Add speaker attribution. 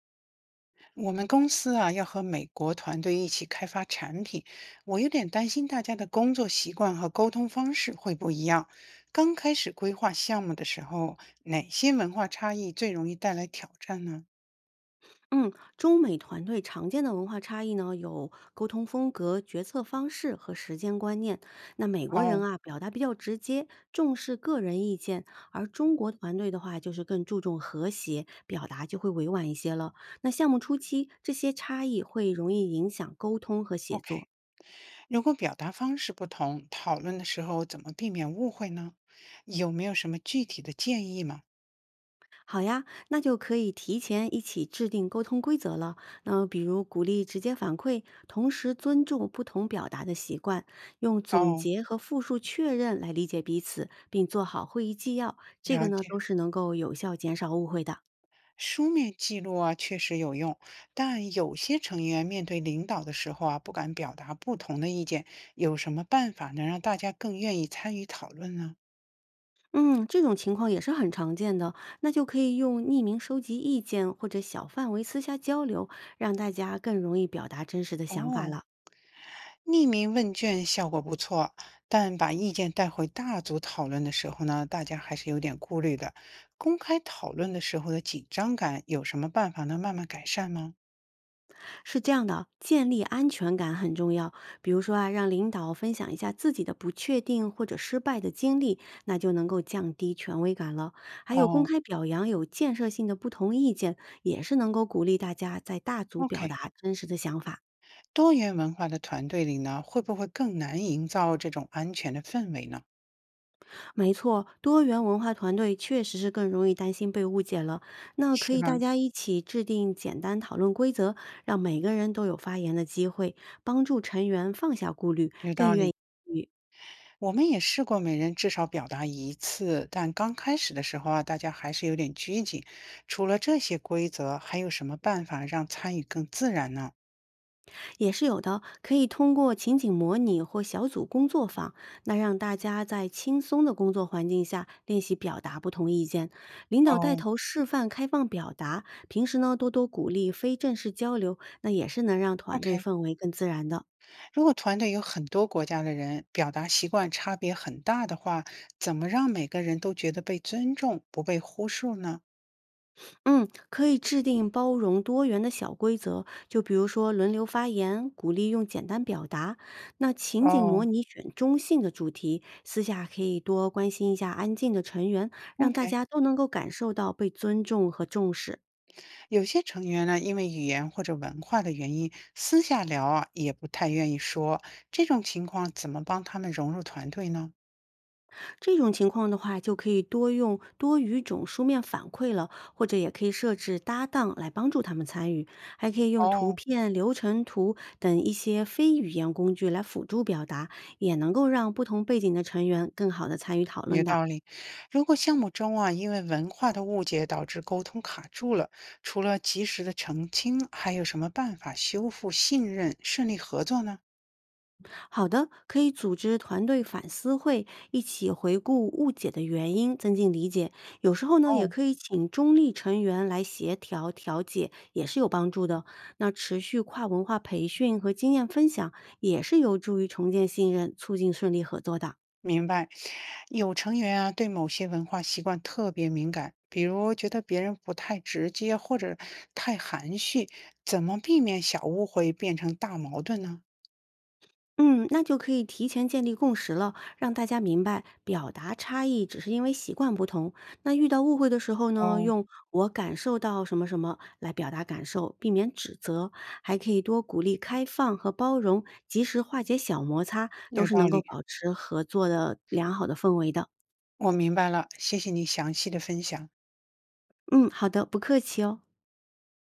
Speaker 1: 我们公司啊，要和美国团队一起开发产品，我有点担心大家的工作习惯和沟通方式会不一样。刚开始规划项目的时候，哪些文化差异最容易带来挑战呢？
Speaker 2: 嗯，中美团队常见的文化差异呢，有沟通风格、决策方式和时间观念。那美国人
Speaker 1: 哦
Speaker 2: 啊，表达比较直接，重视个人意见；而中国团队的话，就是更注重和谐，表达就会委婉一些了。那项目初期，这些差异会容易影响沟通和写作。
Speaker 1: ，OK，如果表达方式不同，讨论的时候怎么避免误会呢？有没有什么具体的建议吗？
Speaker 2: 好呀，那就可以提前一起制定沟通规则了。那比如鼓励直接反馈，同时尊重不同表达的习惯，用总
Speaker 1: 哦，
Speaker 2: 结和复述确认来理解彼此，并做好会议纪要。这个
Speaker 1: 了
Speaker 2: 呢，
Speaker 1: 解。
Speaker 2: 都是能够有效减少误会的。
Speaker 1: 书面记录啊，确实有用，但有些成员面对领导的时候啊，不敢表达不同的意见，有什么办法能让大家更愿意参与讨论呢？
Speaker 2: 嗯，这种情况也是很常见的。那就可以用匿名收集意见或者小范围私下交流，让大家更容易表达真实的想法
Speaker 1: 哦，
Speaker 2: 了。
Speaker 1: 匿名问卷效果不错，但把意见带回大组讨论的时候呢，大家还是有点顾虑的。公开讨论的时候的紧张感，有什么办法能慢慢改善吗？
Speaker 2: 是这样的，建立安全感很重要。比如说啊，让领导分享一下自己的不确定或者失败的经历，那就能够降低权威感了。还有公
Speaker 1: 哦
Speaker 2: 开表扬有建设性的不同意见，也是能够鼓励大家在大组表
Speaker 1: ，OK，
Speaker 2: 达真实的想法。
Speaker 1: 多元文化的团队里呢，会不会更难营造这种安全的氛围呢？
Speaker 2: 没错，多元文化团队确实是更容易担心被误解了。那可
Speaker 1: 是
Speaker 2: 以大
Speaker 1: 吧？
Speaker 2: 家一起制定简单讨论规则，让每个人都有发言的机会，帮助成员放下顾虑，
Speaker 1: 有
Speaker 2: 更
Speaker 1: 道
Speaker 2: 愿意
Speaker 1: 理，
Speaker 2: 参与。
Speaker 1: 我们也试过每人至少表达一次，但刚开始的时候啊，大家还是有点拘谨。除了这些规则，还有什么办法让参与更自然呢？
Speaker 2: 也是有的，可以通过情景模拟或小组工作坊，那让大家在轻松的工作环境下练习表达不同意见，领导带
Speaker 1: 哦
Speaker 2: 头示范开放表达，平时呢多多鼓励非正式交流，那也是能让团队
Speaker 1: ，OK，
Speaker 2: 氛围更自然的。
Speaker 1: 如果团队有很多国家的人，表达习惯差别很大的话，怎么让每个人都觉得被尊重，不被忽视呢？
Speaker 2: 嗯，可以制定包容多元的小规则，就比如说轮流发言，鼓励用简单表达。那情景模
Speaker 1: 哦
Speaker 2: 拟选中性的主题，私下可以多关心一下安静的成员，让大
Speaker 1: ，OK，
Speaker 2: 家都能够感受到被尊重和重视。
Speaker 1: 有些成员呢，因为语言或者文化的原因，私下聊啊，也不太愿意说，这种情况怎么帮他们融入团队呢？
Speaker 2: 这种情况的话，就可以多用多语种书面反馈了，或者也可以设置搭档来帮助他们参与，还可以用图
Speaker 1: 哦，
Speaker 2: 片、流程图等一些非语言工具来辅助表达，也能够让不同背景的成员更好的参与讨论
Speaker 1: 有
Speaker 2: 的。
Speaker 1: 道理。如果项目中啊，因为文化的误解导致沟通卡住了，除了及时的澄清，还有什么办法修复信任、顺利合作呢？
Speaker 2: 好的，可以组织团队反思会，一起回顾误解的原因，增进理解。有时候呢，也
Speaker 1: 哦，
Speaker 2: 可以请中立成员来协调调解，也是有帮助的。那持续跨文化培训和经验分享，也是有助于重建信任，促进顺利合作的。
Speaker 1: 明白。有成员啊，对某些文化习惯特别敏感，比如觉得别人不太直接或者太含蓄，怎么避免小误会变成大矛盾呢？
Speaker 2: 嗯，那就可以提前建立共识了，让大家明白表达差异只是因为习惯不同。那遇到误会的时候呢，
Speaker 1: 哦，
Speaker 2: 用“我感受到什么什么”来表达感受，避免指责，还可以多鼓励开放和包容，及时化解小摩擦，都
Speaker 1: 有
Speaker 2: 是
Speaker 1: 道
Speaker 2: 能够
Speaker 1: 理，
Speaker 2: 保持合作的良好的氛围的。
Speaker 1: 我明白了，谢谢你详细的分享。
Speaker 2: 嗯，好的，不客气哦。